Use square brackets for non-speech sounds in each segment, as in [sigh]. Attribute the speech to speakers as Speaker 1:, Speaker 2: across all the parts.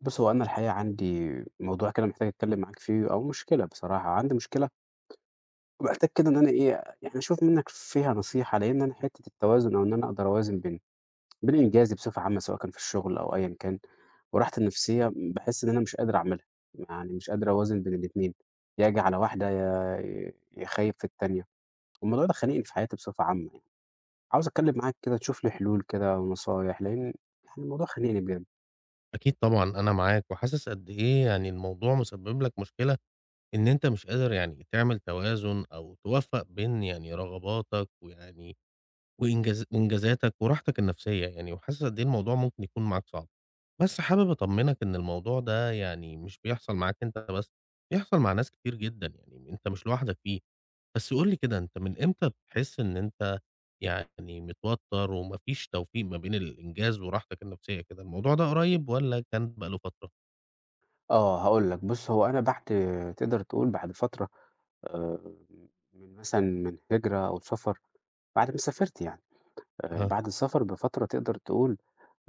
Speaker 1: بُص، هو أنا الحقيقة عندي موضوع كده محتاج أتكلّم معاك فيه أو مشكلة بصراحة. عندي مشكلة ومحتاج كده إن أنا إيه، يعني أشوف منّك فيها نصيحة، لإن أنا حتّة التوازن أو إن أنا أقدر أوازن بين إنجازي بصفة عامة سواء كان في الشغل أو أيًا كان وراحتي النفسيّة. باحس إن أنا مش قادر أعملها، يعني مش قادر أوازن بين الاتنين، يا آجي على واحدة يا خايب في التانية. والموضوع ده خانقني في حياتي بصفة عامة يعني، عاوز أتكلّم معاك كده تشوف لي حلول كده ونصايح، لإن يعني الموضوع خانقني بجد.
Speaker 2: أكيد طبعًا أنا معاك، وحاسس قد إيه يعني الموضوع مسبب لك مشكلة إن أنت مش قادر يعني تعمل توازن أو توفّق بين يعني رغباتك ويعني وإنجاز إنجازاتك وراحتك النفسية يعني، وحاسس قد إيه الموضوع ممكن يكون معاك صعب. بس حابب أطمنك إن الموضوع ده يعني مش بيحصل معاك أنت بس، بيحصل مع ناس كتير جدًا يعني، أنت مش لوحدك فيه. بس قُل لي كده، أنت من إمتى بتحس إن أنت يعني متوتر وما فيش توفيق ما بين الإنجاز وراحتك النفسية كده، الموضوع ده قريب والّا كان بقى له فترة؟
Speaker 1: آه، هاقول لك، بُص هو أنا بعد تقدر تقول بعد فترة، آآ، من مثلًا من هجرة أو سفر، بعد ما سافرت يعني،
Speaker 2: أها،
Speaker 1: بعد السفر بفترة تقدر تقول.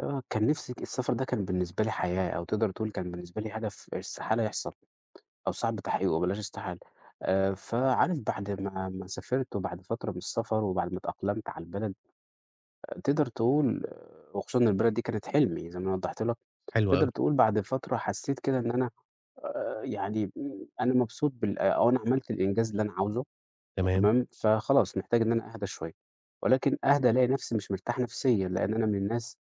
Speaker 1: آه، كان نفسي السفر ده كان بالنسبة لي حياة، أو تقدر تقول كان بالنسبة لي هدف استحالة يحصل، أو صعب تحقيقه بلاش استحالة. فعارف بعد ما سافرت وبعد فترة من السفر وبعد ما اتأقلمت على البلد. آه، تقدر تقول آه، وخصوصًا إن البلد دي كانت حلمي زي ما أنا وضحت لك.
Speaker 2: حلو
Speaker 1: تقدر
Speaker 2: أوي،
Speaker 1: تقول بعد فترة حسيت كده إن أنا يعني م أنا مبسوط بال آه، أو أنا عملت الإنجاز اللي أنا عاوزه.
Speaker 2: تمام.
Speaker 1: تمام، فخلاص محتاج إن أنا أهدى شوية، ولكن أهدى ألاقي نفسي مش مرتاح نفسيًا، لإن أنا من الناس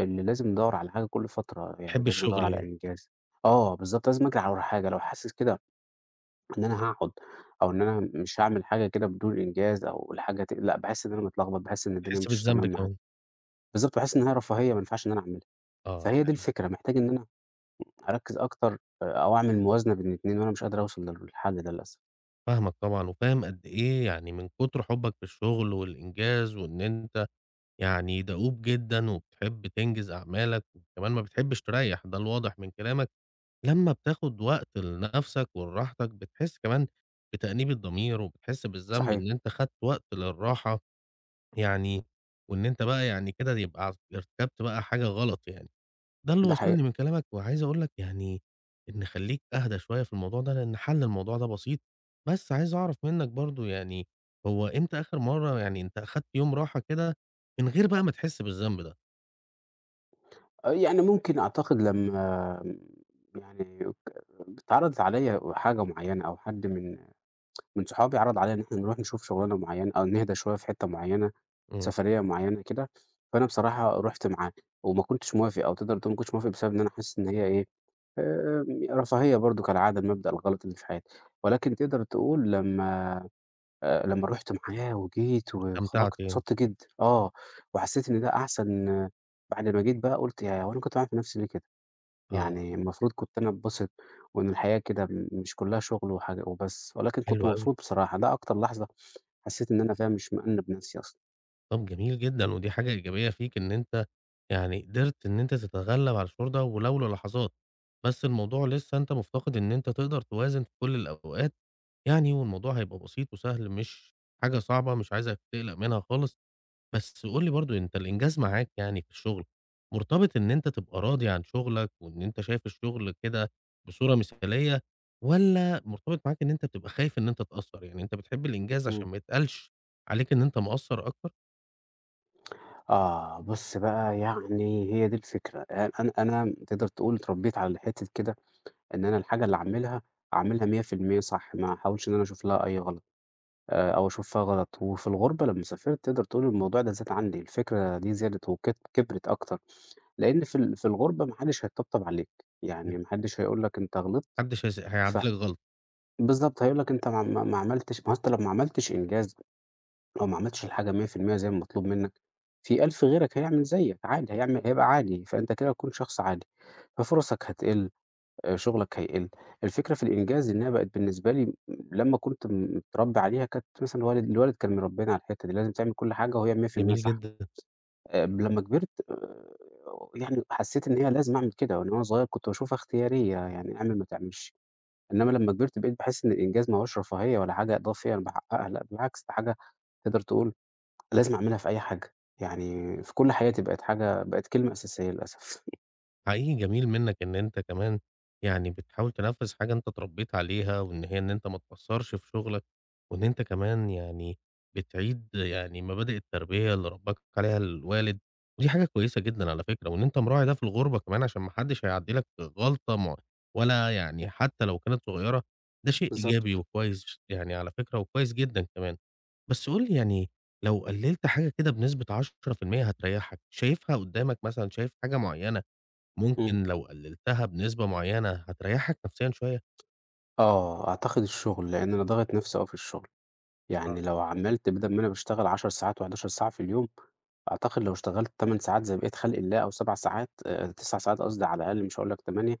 Speaker 1: اللي لازم أدوّر على حاجة كل فترة، يعني
Speaker 2: تحب
Speaker 1: لازم أدوّر على
Speaker 2: الشغل
Speaker 1: إنجاز. آه بالضبط، لازم أجري على ورا حاجة، لو حاسس كده إن أنا هاقعد أو إن أنا مش هاعمل حاجة كده بدون إنجاز أو الحاجة لأ، باحس إن أنا متلخبط، باحس إن الدنيا
Speaker 2: تحس
Speaker 1: مش
Speaker 2: بالذنب
Speaker 1: تمام معايا.
Speaker 2: كمان.
Speaker 1: بالضبط، باحس إن هي رفاهية ما ينفعش إن أنا أعملها.
Speaker 2: آه،
Speaker 1: فهي دي
Speaker 2: يعني
Speaker 1: الفكرة، محتاج إن أنا أركّز أكتر، أو أعمل موازنة بين الاتنين، وأنا مش قادر أوصل للحل ده للأسف.
Speaker 2: فاهمك طبعًا وفاهم قد إيه يعني من كتر حُبّك في الشغل والإنجاز وإن أنت يعني دؤوب جدًا وبتحب تنجز أعمالك وكمان ما بتحبش تريّح، ده الواضح من كلامك. لمّا بتاخد وقت لنَفْسك ولراحتك بتحس كمان بتأنيب الضمير، وبتحس بالذنب
Speaker 1: صحيح،
Speaker 2: إن أنت خدت وقت للراحة يعني، وإن أنت بقى يعني كده يبقى ارتكبت بقى حاجة غلط يعني، ده اللي
Speaker 1: ده
Speaker 2: واصلني
Speaker 1: حقيقة.
Speaker 2: من كلامك، وعايز أقول لك يعني إن خلّيك أهدى شوية في الموضوع ده، لإن حل الموضوع ده بسيط، بس عايز أعرف منّك برضه يعني هو إمتى آخر مرّة يعني أنت أخدت يوم راحة كده من غير بقى ما تحس بالذنب ده؟
Speaker 1: آه، يعني ممكن أعتقد لمّا يعني، اتعرضت عليَّ حاجة معيّنة أو حد من صحابي عرض عليَّ إن إحنا نروح نشوف شغلانة معيّنة أو نهدى شوية في حتّة معيّنة،
Speaker 2: إمم،
Speaker 1: سفرية معيّنة كده، فأنا بصراحة رُحت معاه وما كنتش موافق أو تقدر تقول ما كنتش موافق بسبب إن أنا حاسس إن هي إيه، آآ، رفاهية برضه كالعادة المبدأ الغلط اللي في حياتي. ولكن تقدر تقول لمّا لمّا رُحت معاه وجيت وخرجت
Speaker 2: واستمتعت يعني،
Speaker 1: اتبسطت جدًا. آه، وحسّيت إن ده أحسن. آه، بعد ما جيت بقى قُلت ياه! هو أنا كنت باعمل في نَفْسي ليه كده؟
Speaker 2: آه،
Speaker 1: يعني المفروض كنت أنا أتبسط وإن الحياة كده مش كُلّها شُغل وحاجة وبس، ولكن كنت
Speaker 2: حلو أوي.
Speaker 1: مبسوط بصراحة، ده أكتر لحظة حسّيت إن أنا فاهم مش مأنّب نَفْسي أصلًا.
Speaker 2: طب جميل جدًا، ودي حاجة إيجابية فيك إن أنت يعني قدرت إن أنت تتغلب على الشعور ده ولو للحظات، بس الموضوع لسه أنت مفتقد إن أنت تقدر توازن في كل الأوقات يعني، والموضوع هيبقى بسيط وسهل مش حاجة صعبة، مش عايزك تقلق منها خالص، بس قُل لي برضه أنت الإنجاز معاك يعني في الشغل مرتبط إن أنت تبقى راضي عن شغلك، وإن أنت شايف الشغل كده بصورة مثالية، والّا مرتبط معاك إن أنت بتبقى خايف إن أنت تقصّر؟ يعني أنت بتحب الإنجاز
Speaker 1: إمم.
Speaker 2: عشان ما يتقالش عليك إن أنت مقصّر أكتر؟
Speaker 1: آه، بُص بقى يعني هي دي الفكرة. أ أنا أنا تقدر تقول اتربّيت على حتّة كده إن أنا الحاجة اللي أعملها، أعملها 100% صح، ما أحاولش إن أنا أشوف لها أي غلط. أو أشوفها غلط، وفي الغُربة لمّا سافرت تقدر تقول الموضوع ده زاد عندي، الفكرة دي زادت وكت كبرت أكتر. لإن في الغُربة ما حدّش هيطبطب عليك، يعني ما حدّش هيقول لك أنت غلطت.
Speaker 2: ما حدش
Speaker 1: ف
Speaker 2: هيعدّي لك غلطة،
Speaker 1: بالضبط، هيقول لك أنت ما عملتش. ما هو أنت لو ما عملتش إنجاز أو ما عملتش الحاجة 100% زي ما مطلوب منّك، في 1000 غيرك هيعمل زيّك عادي، هيبقى عادي، فأنت كده هتكون شخص عادي، ففُرَصك هتقِل، شغلك هيقِل. الفكرة في الإنجاز إنها بقت بالنسبة لي لمّا كنت متربّي عليها. كانت مثلًا والد الوالد كان مربّينا على الحتّة دي، لازم تعمل كل حاجة وهي 100%
Speaker 2: جميل
Speaker 1: صح.
Speaker 2: جدًا.
Speaker 1: لمّا كبرت يعني حسّيت إن هي لازم أعمل كده، وأنا صغير كنت باشوفها اختيارية، يعني اعمل ما تعملش. إنّما لمّا كبرت بقيت باحس إن الإنجاز ما هوّاش رفاهية ولا حاجة إضافية أنا باحقّقها، لأ بالعكس ده حاجة تقدر تقول لازم أعملها في أي حاجة، يعني في كل حياتي بقت كلمة أساسية للأسف. [laughs]
Speaker 2: حقيقي جميل منك إن أنت كمان يعني بتحاول تنفّذ حاجة أنت اتربّيت عليها، وإن هي إن أنت ما تقصّرش في شغلك، وإن أنت كمان يعني بتعيد يعني مبادئ التربية اللي ربّاك عليها الوالد، ودي حاجة كويسة جدًا على فكرة، وإن أنت مراعي ده في الغُربة كمان عشان ما حدّش هيعدّي لك غلطة ولا يعني حتى لو كانت صغيّرة، ده شيء إيجابي
Speaker 1: بالضبط.
Speaker 2: وكويس يعني على فكرة وكويس جدًا كمان. بس قُل لي يعني لو قلّلت حاجة كده بنسبة 10% هتريّحك، شايفها قُدّامك مثلًا، شايف حاجة معيّنة
Speaker 1: إمم.
Speaker 2: ممكن لو قللتها بنسبة معينة هتريحك نفسيًا شوية،
Speaker 1: آه، أعتقد الشغل، لإن أنا ضاغط نَفْسي أوي في الشغل.
Speaker 2: آه.
Speaker 1: يعني لو عملت بدل ما أنا باشتغل 10 ساعات و11 ساعة في اليوم، أعتقد لو اشتغلت 8 ساعات زي بقية خلق الله أو 7 ساعات، 9 ساعات قصدي، على الأقل مش هاقول لك 8.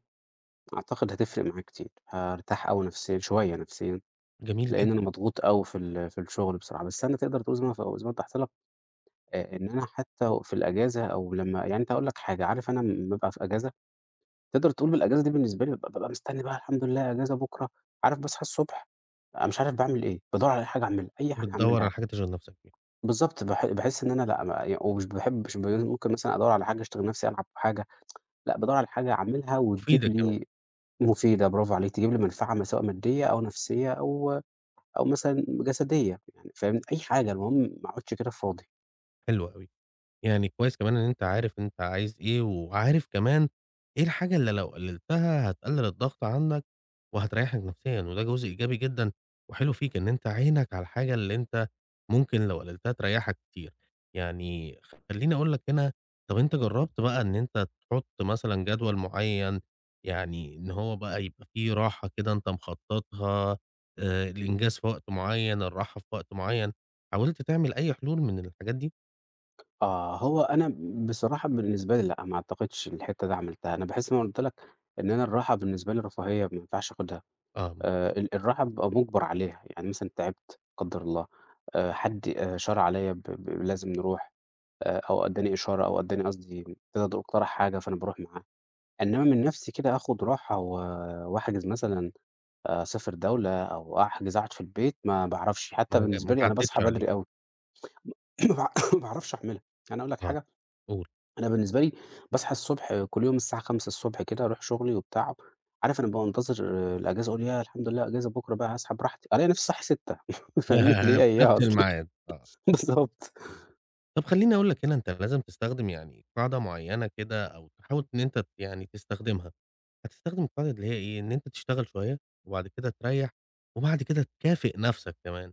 Speaker 1: أعتقد هتفرق معايا كتير، هارتاح أوي نفسيًا شوية نفسيًا،
Speaker 2: جميل
Speaker 1: لإن أنا
Speaker 2: جدًا،
Speaker 1: مضغوط أوي في الشغل بصراحة. بس أنا تقدر تقول زي ما وضحت لك، إن أنا حتى في الأجازة أو لمّا يعني أنت هاقول لك حاجة. عارف أنا أمّا بابقى في أجازة، تقدر تقول بالأجازة دي بالنسبة لي بابقى مستني بقى الحمد لله أجازة بكرة. عارف باصحى الصبح أنا مش عارف باعمل إيه، بادوّر على أي حاجة أعملها، أي حاجة
Speaker 2: بتدوّر على
Speaker 1: أعملها.
Speaker 2: حاجة تشغل نفسك بيها،
Speaker 1: بالضبط، باحس إن أنا لأ، ما ي ومش باحب مش ب ممكن مثلًا أدوّر على حاجة أشتغل نفسي ألعب حاجة. لأ بادوّر على حاجة أعملها وتجيب
Speaker 2: مفيدة كمان،
Speaker 1: لي مفيدة، برافو عليكِ. تجيب لي منفعة سواء مادية أو نفسية أو مثلًا جسدية، يعني فاهمني، أي حاجة المهم ما اقعدش كده فاضي.
Speaker 2: حلو أوي. يعني كويس كمان إن أنت عارف أنت عايز إيه، وعارف كمان إيه الحاجة اللي لو قللتها هتقلل الضغط عنك وهتريحك نفسيًا، وده جزء إيجابي جدًا وحلو فيك إن أنت عينك على الحاجة اللي أنت ممكن لو قللتها تريحك كتير. يعني خلّيني أقول لك هنا، طب أنت جربت بقى إن أنت تحط مثلًا جدول معين، يعني إن هو بقى يبقى في راحة كده أنت مخططها، الإنجاز في وقت معين، الراحة في وقت معين، حاولت تعمل أي حلول من الحاجات دي؟
Speaker 1: آه، هو أنا بصراحة بالنسبة لي لأ، ما أعتقدش الحتّة دي عملتها. أنا باحس زي ما قُلت لك إن أنا الراحة بالنسبة لي رفاهية ما ينفعش آخُدها.
Speaker 2: آه.
Speaker 1: الراحة بابقى مُجبَر عليها، يعني مثلًا تعبت لا قدّر الله. حد شَار عليّا ب ب لازم نروح، أو أدّاني إشارة أو أدّاني قصدي كده، اقترح حاجة فأنا باروح معاه. إنّما من نَفْسي كده آخُد راحة و وأحجز مثلًا. آه، أسافر دولة أو أحجز أقعد في البيت ما باعرفش. حتّى بالنسبة
Speaker 2: ما
Speaker 1: لي أنا
Speaker 2: عدّتش
Speaker 1: باصحى
Speaker 2: عليك،
Speaker 1: بدري أوي [coughs] ما باع [coughs] ما باعرفش أعملها، يعني أقول لك
Speaker 2: آه،
Speaker 1: حاجة.
Speaker 2: قُل
Speaker 1: أنا بالنسبة لي باصحى الصبح كل يوم الساعة 5:00 كده أروح شُغلي وبتاع. عارف أنا بابقى منتظر الأجازة أقول ياه الحمد لله أجازة بُكرة، بقى هاصحى براحتي، ألاقي نَفْسي صاحي 6:00 [laughs] فاهمني اللي
Speaker 2: [laughs]
Speaker 1: هي
Speaker 2: في
Speaker 1: إياها
Speaker 2: نفس
Speaker 1: أصلًا.
Speaker 2: الميعاد، آه.
Speaker 1: [laughs] بالضبط.
Speaker 2: طب خلّيني أقول لك هنا أنت لازم تستخدم يعني قاعدة معيّنة كده أو تحاول إن أنت يعني تستخدمها، هتستخدم القاعدة اللي هي إيه، إن أنت تشتغل شوية وبعد كده تريّح وبعد كده تكافئ نفسك كمان،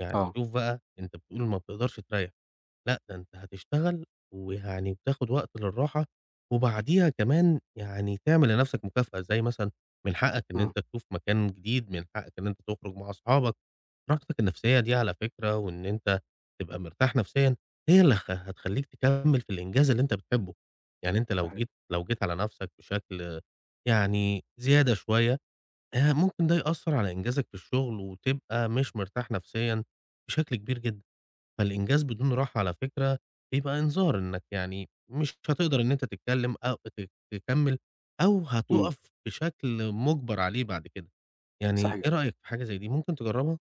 Speaker 2: يعني
Speaker 1: آه.
Speaker 2: شوف بقى أنت بتقول ما بتقدرش تريّح. لأ، ده أنت هتشتغل ويعني وتاخد وقت للراحة، وبعديها كمان يعني تعمل لنفْسك مكافأة، زي مثلًا من حقك إن
Speaker 1: آه.
Speaker 2: أنت تشوف مكان جديد، من حقك إن أنت تخرج مع أصحابك، راحتك النفسية دي على فكرة وإن أنت تبقى مرتاح نفسيًا، هي اللي هتخلّيك تكمّل في الإنجاز اللي أنت بتحبه، يعني أنت لو
Speaker 1: صحيح.
Speaker 2: جيت لو جيت على نفْسك بشكل يعني زيادة شوية، ممكن ده يأثّر على إنجازك في الشغل وتبقى مش مرتاح نفسيًا بشكل كبير جدًا. فالإنجاز بدون راحة على فكرة بيبقى إنذار إنك يعني مش هتقدر إن أنت تتكلم أو تكمّل أو
Speaker 1: إمم.
Speaker 2: هتُقف بشكل مُجبر عليه بعد كده. يعني
Speaker 1: صحيح.
Speaker 2: إيه رأيك في حاجة زي دي ممكن تجرّبها؟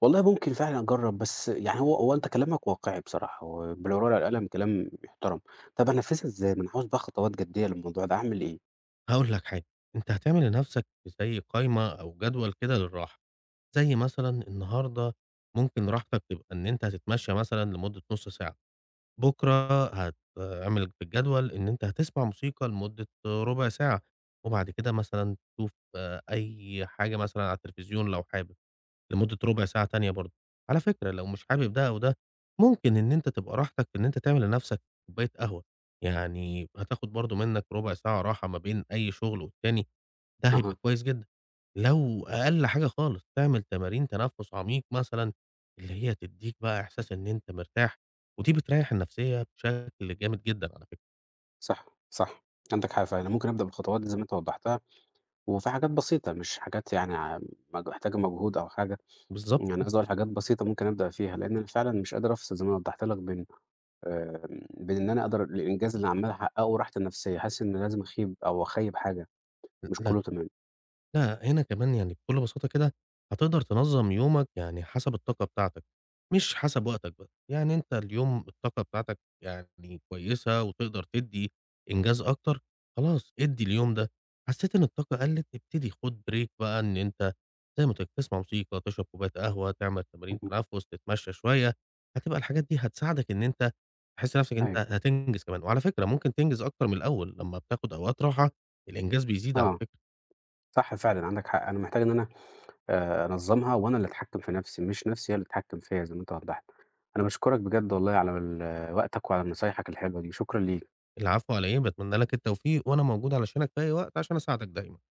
Speaker 1: والله ممكن فعلًا أجرّب، بس يعني هو أنت كلامك واقعي بصراحة، هو بالورقة والقلم كلام يحترم. طب أنفّذها إزاي؟ ما أنا عاوز بقى خطوات جدية للموضوع ده، أعمل إيه؟
Speaker 2: هاقول لك حاجة، أنت هتعمل لنَفْسك زي قايمة أو جدول كده للراحة، زي مثلًا النهارده ممكن راحتك تبقى إن أنت هتتمشّى مثلًا لمدة نُص ساعة. بكرة هتعمل بالجدول إن أنت هتسمع موسيقى لمدة ربع ساعة، وبعد كده مثلًا تشوف آه، أي حاجة مثلًا على التلفزيون لو حابب، لمدة ربع ساعة تانية برضه. على فكرة لو مش حابب ده أو ده، ممكن إن أنت تبقى راحتك إن أنت تعمل لنفسك كوباية قهوة، يعني هتاخد برضه منك ربع ساعة راحة ما بين أي شغل والتاني، ده هيبقى
Speaker 1: أها.
Speaker 2: كويس جدًا. لو أقل حاجة خالص تعمل تمارين تنفس عميق مثلًا، اللي هي تدّيك بقى إحساس إن أنت مرتاح، ودي بتريّح النفسية بشكل جامد جدًا على فكرة.
Speaker 1: صح، صح، عندك حق فعلًا، ممكن أبدأ بالخطوات دي زي ما أنت وضّحتها، وفي حاجات بسيطة مش حاجات يعني، ع مج محتاجة مجهود أو حاجة.
Speaker 2: بالضبط
Speaker 1: يعني قصدي
Speaker 2: كده.
Speaker 1: أقول حاجات بسيطة ممكن أبدأ فيها، لإن أنا فعلًا مش قادر أفصل زي ما أنا وضّحت لك بين إن أنا أقدر الإنجاز اللي عمّال أحققه وراحتي النفسية، حاسس إن لازم أخيب أو أخيّب حاجة، مش
Speaker 2: لا
Speaker 1: كلّه تمام.
Speaker 2: لأ، هنا كمان يعني بكل بساطة كده هتقدر تنظّم يومك يعني حسب الطاقة بتاعتك، مش حسب وقتك بس، يعني أنت اليوم الطاقة بتاعتك يعني كويسة وتقدر تدّي إنجاز أكتر، خلاص ادّي اليوم ده، حسّيت إن الطاقة قلّت ابتدي خُد break بقى إن أنت زي ما قُلت لك تسمع موسيقى، تشرب كوباية قهوة، تعمل تمارين
Speaker 1: اهم.
Speaker 2: تنفس، تتمشى شوية، هتبقى الحاجات دي هتساعدك إن أنت تحس نَفْسك إن أنت
Speaker 1: أيوه.
Speaker 2: هتنجز كمان، وعلى فكرة ممكن تنجز أكتر من الأول، لمّا بتاخد أوقات راحة الإنجاز بيزيد على
Speaker 1: آه.
Speaker 2: فكرة.
Speaker 1: صح فعلًا عندك حق، أنا محتاج إن أنا أنظّمها وأنا اللي أتحكّم في نَفْسي، مش نَفْسي هي اللي تتحكّم فيّا زي ما أنت وضّحت. أنا باشكرك بجد والله على وقتك وعلى نصايحك الحلوة دي، شكرًا ليك.
Speaker 2: العفو على إيه، باتمنى لك التوفيق، وأنا موجود علشانك في أي وقت عشان أساعدك دايمًا.